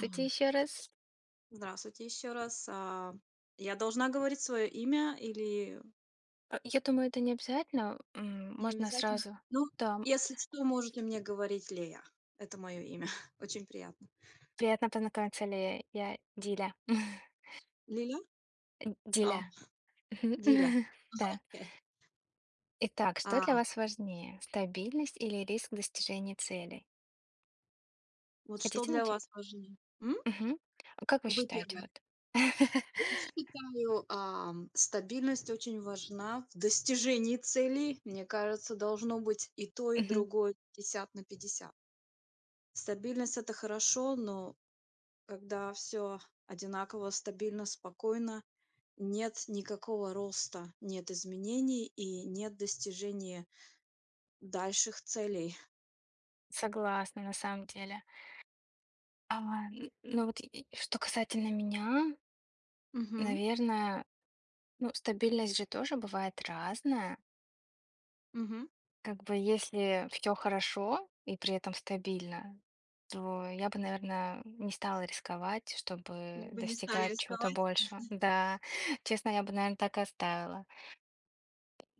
Ам, еще раз. Здравствуйте еще раз. Я должна говорить свое имя или А, я думаю, это не обязательно. Не Можно обязательно? сразу. Ну, Да, если что, можете мне говорить Лея. Это мое имя. Очень приятно. приятно познакомиться, ли я Диля. Лиля? А, Диля. Диля. Да. Окей. Итак, что А, для вас важнее, стабильность или риск достижения целей? вот что Хотите для начать? вас важнее? М? Мгм. А как вы Вы считаете, первая. вот? Я считаю, стабильность очень важна в достижении целей. Мне кажется, должно быть и то, и Мгм. другое 50 на 50. Стабильность это хорошо, но когда все одинаково, стабильно, спокойно, нет никакого роста, нет изменений и нет достижения дальших целей. Согласна, на самом деле. А, ну вот, и что касательно меня, Мгм, наверное, ну, стабильность же тоже бывает разная. мгм. Как бы если все хорошо и при этом стабильно, то я бы, наверное, не стала рисковать, чтобы Мы бы не стали достигать чего-то рисковать. большего. Да, честно, я бы, наверное, так и оставила.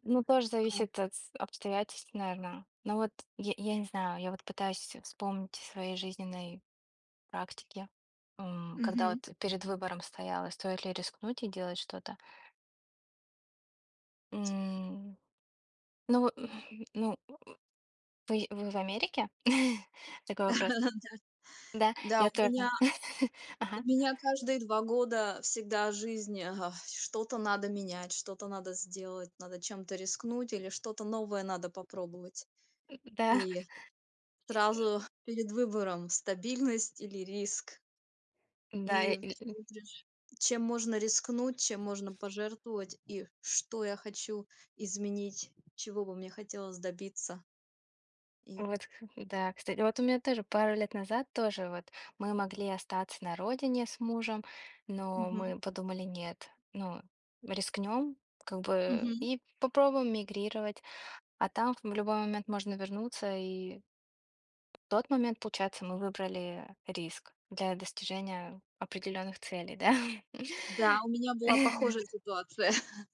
Ну, тоже зависит от с обстоятельств, наверное. Но вот я не знаю, я вот пытаюсь вспомнить из своей жизненной практики, когда Мгм. вот перед выбором стояла, стоит ли рискнуть и делать что-то. М, ну, ну, вы в Америке? Такой вопрос. Да, Да, я у тоже. меня у Ага, меня каждые 2 года всегда жизнь, что-то надо менять, что-то надо сделать, надо чем-то рискнуть или что-то новое надо попробовать. да, И И- сразу перед выбором: стабильность или риск. да, И и чем можно рискнуть, чем можно пожертвовать и что я хочу изменить, чего бы мне хотелось добиться. И вот, да. Кстати, вот у меня тоже пару лет назад тоже вот мы могли остаться на родине с мужем, но Мгм, мы подумали: "Нет, ну, рискнем, как бы, мгм. и попробуем мигрировать, а там в любой момент можно вернуться". И в тот момент, получается, мы выбрали риск для достижения определенных целей, да. Да, у меня была похожая ситуация.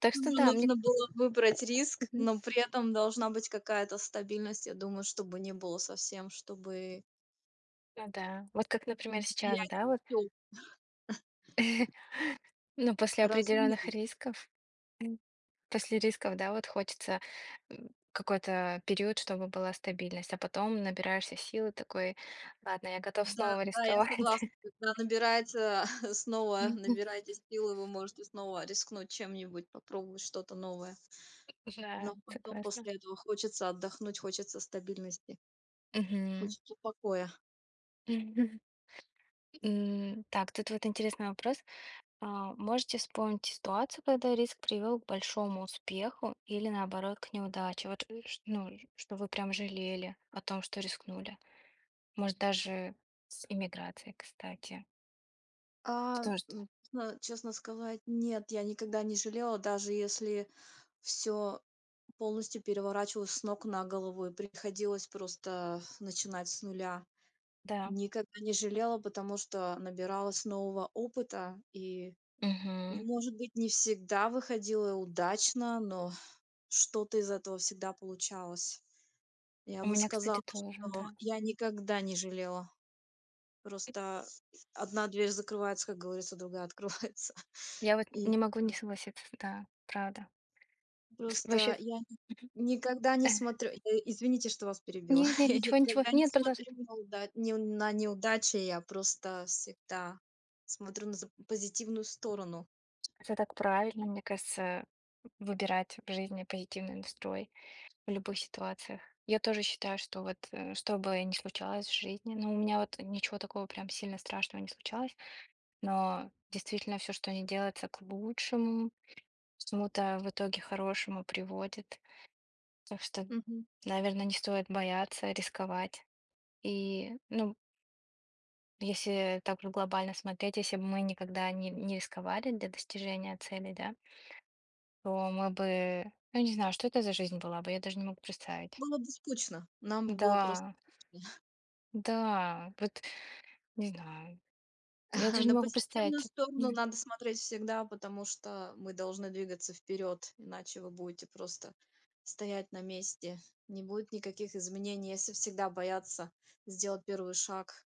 Так что Тоже да, мне нужно было выбрать риск, но при этом должна быть какая-то стабильность, я думаю, чтобы не было совсем, чтобы ну да. Вот как, например, сейчас, терять да, вот, всё ну, после разумно. определенных рисков, м, после рисков, да, вот хочется какой-то период, чтобы была стабильность, а потом набираешься силы такой, ладно, я готов Да, снова да, я рисковать. согласна, когда набирается снова, набираете силы, вы можете снова рискнуть чем-нибудь, попробовать что-то новое. Но Да, потом согласна. после этого хочется отдохнуть, хочется стабильности, Мгм. хочется покоя. Так, тут вот интересный вопрос. А, можете вспомнить ситуацию, когда риск привел к большому успеху или наоборот к неудаче? Вот, ну, что вы прям жалели о том, что рискнули? Может, даже с иммиграцией, кстати. Тоже, да. Честно сказать, нет, я никогда не жалела, даже если все полностью переворачивалось с ног на голову и приходилось просто начинать с нуля. Да. Никогда не жалела, потому что набиралась нового опыта и, ну, Мгм. может быть, не всегда выходило удачно, но что-то из этого всегда получалось. Я У бы меня, сказала, кстати, тоже, что да. я никогда не жалела. Просто одна дверь закрывается, как говорится, другая открывается. Я вот И не могу не просто согласиться, да, правда. Вообще, просто я никогда не э, смотрю, извините, что вас перебила. нет, нет, Я ничего, ничего, никогда не нет, продолжить. смотрю на уда не на неудачи, я просто всегда смотрю на за позитивную сторону. Это так правильно, мне кажется, выбирать в жизни позитивный настрой в любых ситуациях. Я тоже считаю, что вот что бы ни случалось в жизни, ну, у меня вот ничего такого прям сильно страшного не случалось, но действительно все, что не делается к лучшему, к чему-то в итоге хорошему приводит. Так что, Мгм. наверное, не стоит бояться, рисковать. И, ну, если так же глобально смотреть, если бы мы никогда не рисковали для достижения цели, да, то мы бы, ну, не знаю, что это за жизнь была бы, я даже не могу представить. Было бы скучно, нам бы было просто Да, скучно. да, вот, не знаю, я даже не На могу позитивную представить. сторону М, надо смотреть всегда, потому что мы должны двигаться вперед, иначе вы будете просто стоять на месте. Не будет никаких изменений, если всегда бояться сделать первый шаг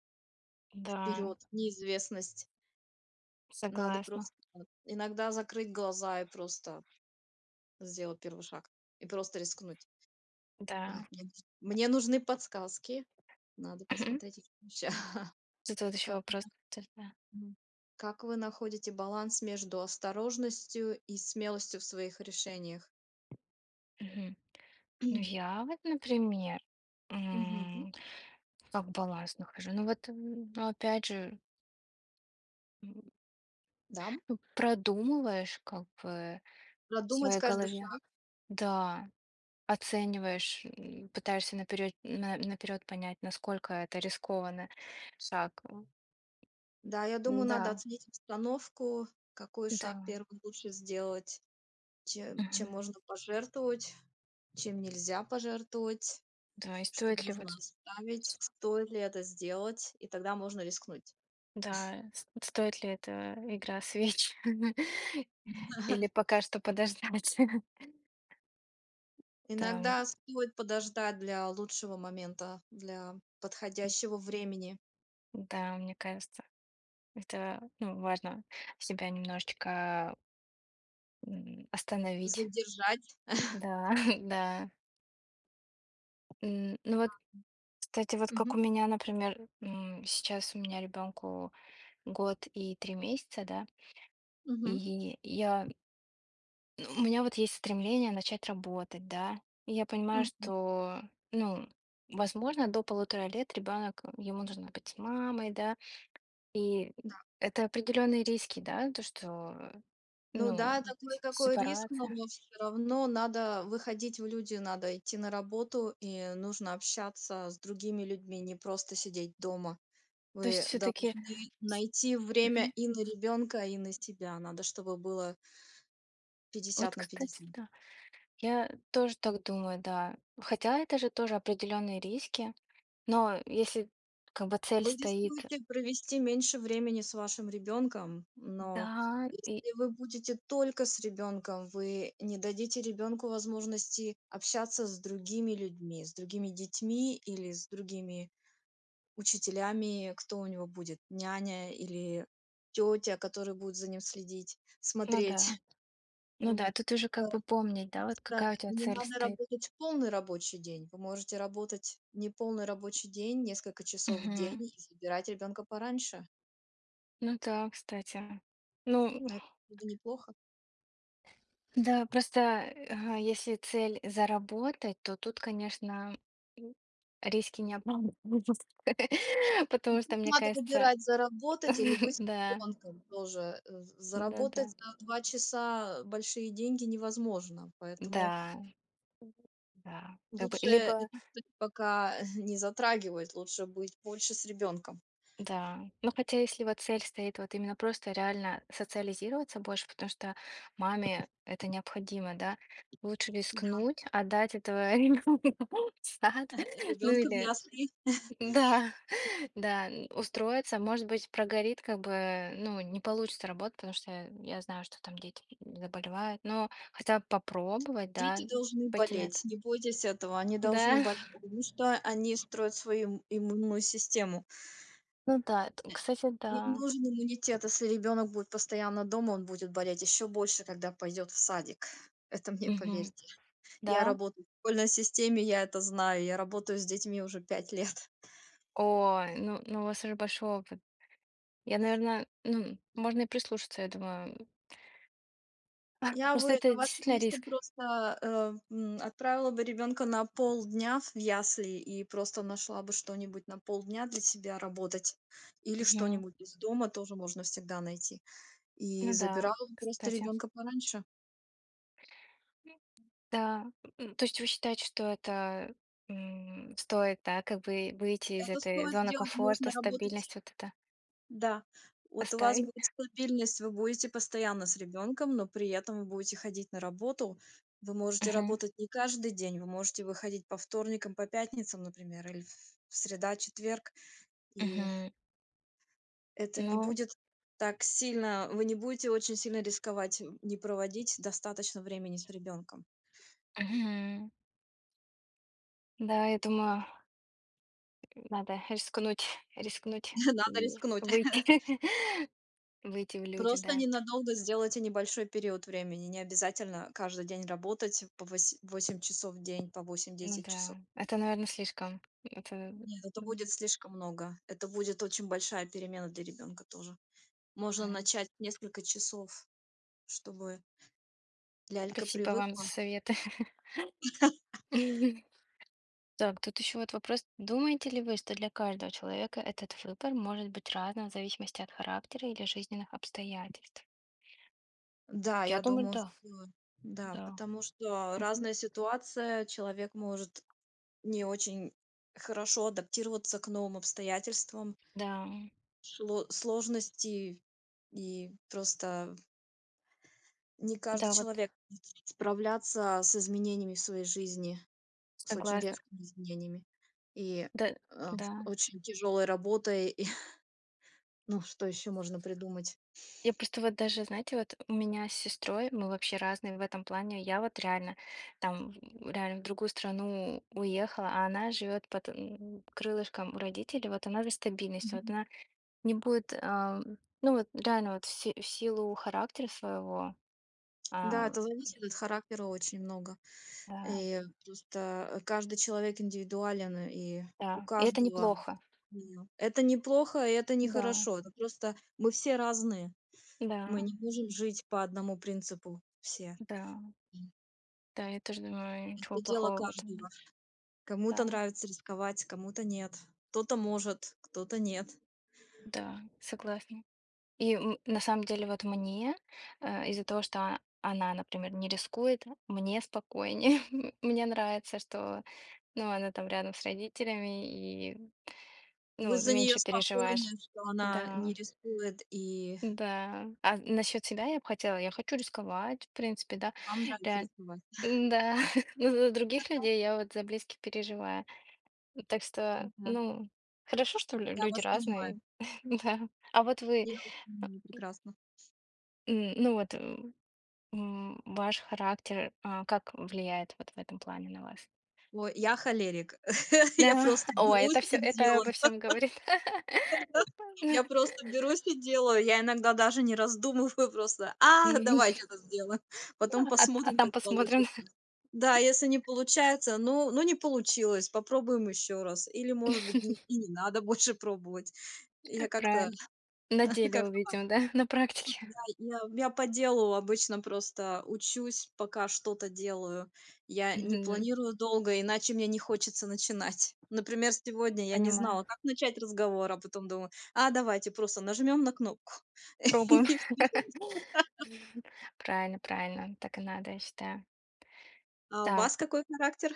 Да, вперед, в неизвестность. Надо согласна, просто иногда закрыть глаза и просто сделать первый шаг. И просто рискнуть. Ой, да. Мне нужны подсказки. Надо Мгм. посмотреть их вообще. Тут вот еще Как вопрос. Да. Да. Мгм. Как вы находите баланс между осторожностью и смелостью в своих решениях? Мгм. Ну, я вот, например. Мгм. Как баланс нахожу? Ну вот, ну опять же, м, Да. ну, продумываешь как бы в Продумать своей каждый голове. шаг. Да, оцениваешь, пытаешься наперед, наперед понять, насколько это рискованный шаг. Да, я думаю, надо Да, оценить обстановку, какой шаг да. первым лучше сделать, чем Мгм. можно пожертвовать, чем нельзя пожертвовать, Да, и что стоит ли нужно вот, оставить, стоит ли это сделать, и тогда можно рискнуть. да, стоит ли эта игра свеч? Или пока что подождать? Да, Иногда стоит подождать для лучшего момента, для подходящего времени, да, мне кажется, это ну, важно себя немножечко остановить. задержать. Да, да. Ну вот, кстати, вот как Мгм. у меня, например, сейчас у меня ребенку год и 3 месяца, да, Мгм. и я, ну, у меня вот есть стремление начать работать, да. И я понимаю, Мгм. что, ну, возможно, до 1,5 лет ребенок, ему нужно быть с мамой, да. И Да. это определенные риски, да, то, что, Ну ну, да, такой такой риск, но сепарация. все равно надо выходить в люди, надо идти на работу, и нужно общаться с другими людьми, не просто сидеть дома. То есть Вы все-таки, должны найти время и на ребенка, и на себя. Надо, чтобы было 50 вот, на кстати, 50. да. Я тоже так думаю, да. Хотя это же тоже определенные риски. Но если как бы цель Вы стоит, рискуете провести меньше времени с вашим ребенком, но да, и если вы будете только с ребенком, вы не дадите ребенку возможности общаться с другими людьми, с другими детьми или с другими учителями, кто у него будет, няня или тетя, которая будет за ним следить, ну смотреть. да, ну да, тут уже как бы помнить, да, вот просто какая у тебя не цель надо стоит. работать полный рабочий день. Вы можете работать не полный рабочий день, несколько часов в день Мгм. и забирать ребенка пораньше. Ну да, кстати. Ну Это было бы неплохо. да, просто если цель заработать, то тут, конечно, м, риски не оправданы. Потому что, мне Надо кажется, выбирать заработать или быть с да, ребенком тоже. Э, да, заработать да, за 2 часа большие деньги невозможно, поэтому да, да. Как бы, лучше либо. это тып пока не затрагивать, лучше быть больше с ребенком. Да, ну хотя если вот цель стоит вот именно просто реально социализироваться больше, потому что маме это необходимо, да, лучше Да. рискнуть, отдать этого ребенка в сад, ну Ребенка в или, ясли. да, да, устроиться, может быть, прогорит, как бы, ну, не получится работать, потому что я знаю, что там дети заболевают, но хотя бы попробовать, да, Дети должны пойти на это. болеть, не бойтесь этого, они должны Да, болеть, потому что они строят свою им иммунную систему. ну да, кстати, Им да. нужен иммунитет, если ребенок будет постоянно дома, он будет болеть еще больше, когда пойдет в садик. Это мне Мгм. поверьте. Да. Я работаю в школьной системе, я это знаю. Я работаю с детьми уже 5 лет. О, ну, у вас уже большой опыт. Я, наверное, ну, можно и прислушаться, я думаю. Я бы Просто на это вашем действительно месте риск. просто, отправила бы ребенка на полдня в ясли и просто нашла бы что-нибудь на полдня для себя работать. Или Мгм. что-нибудь из дома тоже можно всегда найти. И Ну да, забирала бы просто кстати. ребенка пораньше. Да. То есть вы считаете, что это стоит, да, как бы выйти из Это этой стоит зоны сделать, можно комфорта, работать. стабильность вот это Да, вот у вас оставить? будет стабильность, вы будете постоянно с ребенком, но при этом вы будете ходить на работу. Вы можете Мгм. работать не каждый день, вы можете выходить по вторникам, по пятницам, например, или в среда, четверг, и Мгм. это не Ну, будет так сильно, вы не будете очень сильно рисковать, не проводить достаточно времени с ребенком. мгм. Да, я думаю, надо рискнуть, рискнуть Надо и рискнуть. выйти, выйти в люди, Просто да. ненадолго сделайте небольшой период времени. Не обязательно каждый день работать по 8 часов в день, по Ну 8-10 часов. да, это, наверное, слишком. Это, Нет, это будет м, слишком много. Это будет очень большая перемена для ребенка тоже. Можно да. начать несколько часов, чтобы лялька Спасибо вам привыкла. за советы. Так, тут еще вот вопрос. Думаете ли вы, что для каждого человека этот выбор может быть разным в зависимости от характера или жизненных обстоятельств? Да, Я я думаю, думаю, да, что да, да. потому что Мгм. разная ситуация, человек может не очень хорошо адаптироваться к новым обстоятельствам, Да, сложности, и просто не каждый да, вот человек может справляться с изменениями в своей жизни. С очень согласна. резкими изменениями и, Да, а, с да. очень тяжелой работой, и, ну, что еще можно придумать? Я просто вот даже, знаете, вот у меня с сестрой, мы вообще разные в этом плане. Я вот реально там реально в другую страну уехала, а она живет под крылышком у родителей. Вот она за стабильность. Вот Мгм. она не будет, ну вот реально вот в силу характера своего, Да, а, это зависит от характера очень много. да, И просто, каждый человек индивидуален, и у да. И это каждого. неплохо. Да. Это не плохо, и это не Да, хорошо. Это просто мы все разные. Мы да, не можем жить по одному принципу все. да, М. да, я тоже думаю, ничего Это дело плохого в этом нет. каждого. Кому-то Да, нравится рисковать, кому-то нет. Кто-то может, кто-то нет. да, согласна. И, на самом деле вот мне, из-за того, что она, например, не рискует, мне спокойнее. Мне нравится, что, ну, она там рядом с родителями и, Вы ну, за нее меньше спокойны, переживаешь. что она Да. не рискует, и Да, а насчет себя я бы хотела, я хочу рисковать, в принципе, да, вам нравится реально. рисковать. Да но за других людей я вот за близких переживаю. Так что, Да, ну, хорошо, что лю я люди вас разные, понимаю. да. А вот вы, Я вас а, понимаю прекрасно. Ну вот, ваш характер, как влияет вот в этом плане на вас? Ой, я холерик. Я Да, просто ой, берусь это и все, это делаю. обо всем говорит. Я просто берусь и делаю. Я иногда даже не раздумываю просто: "А, давай чё-то сделаем, потом А посмотрим, как там получится". посмотрим. Да, если не получается, ну не получилось, попробуем еще раз. Или, может быть, не и не надо больше пробовать. Я как-то Правильно, на деле как увидим, да, на практике. Я по делу обычно просто учусь, пока что-то делаю. Я не Мгм. планирую долго, иначе мне не хочется начинать. Например, сегодня я не Понимаю. знала, как начать разговор, а потом думаю: "А, давайте просто нажмем на кнопку". Пробуем. И вперед. Правильно, правильно. Так и надо, я считаю. А у Так, вас какой характер?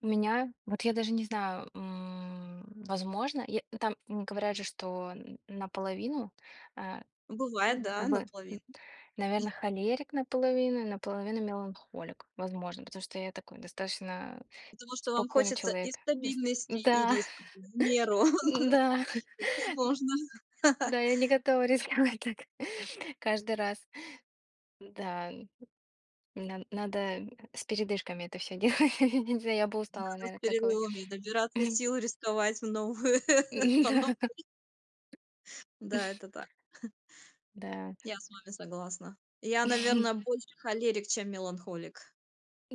у меня, вот я даже не знаю, возможно, там говорят же, что наполовину, а, Бывает, да, как бы, наполовину. наверное, холерик наполовину, и наполовину меланхолик, возможно, потому что я такой достаточно Потому что вам спокойный хочется и человек. Стабильности, и Да, риска в меру. да, Возможно, да, я не готова рисковать так каждый раз. Да, надо с передышками это все делать. Я не знаю, я бы устала, с наверное, как вы. перерывами набираться сил, рисковать в новую по-новому. Да. Да, это так. Да. Я с вами согласна. Я, наверное, больше холерик, чем меланхолик.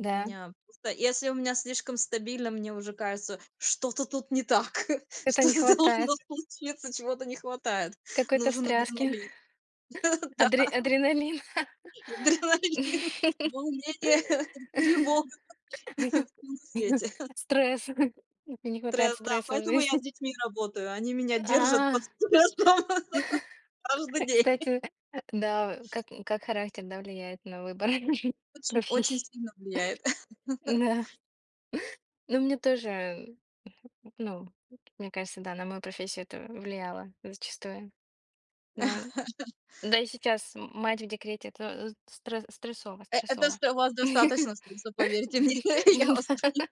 У меня просто если у меня слишком стабильно, мне уже кажется, что-то тут не так, Это не что-то хватает. должно случиться, чего-то не хватает. Какой-то Нужен встряски. адреналин. Да, Адреналин. адреналин, волнение, тревога всё на свете. Стресс. Мне не хватает Стресс, да, стресса в поэтому я с жизни. детьми работаю. Они меня держат под А, стрессом каждый день. кстати, да, как характер, да, влияет на выбор Очень очень профессии. сильно влияет. Да. Ну, мне тоже, ну, мне кажется, да, на мою профессию это влияло зачастую. Но Да и сейчас мать в декрете- это стрессово Это стрессово. что, вас достаточно стресса, поверьте мне. Я вас пони Да.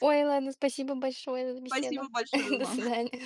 Ой, ладно, спасибо большое за беседу. Спасибо большое До вам. свидания.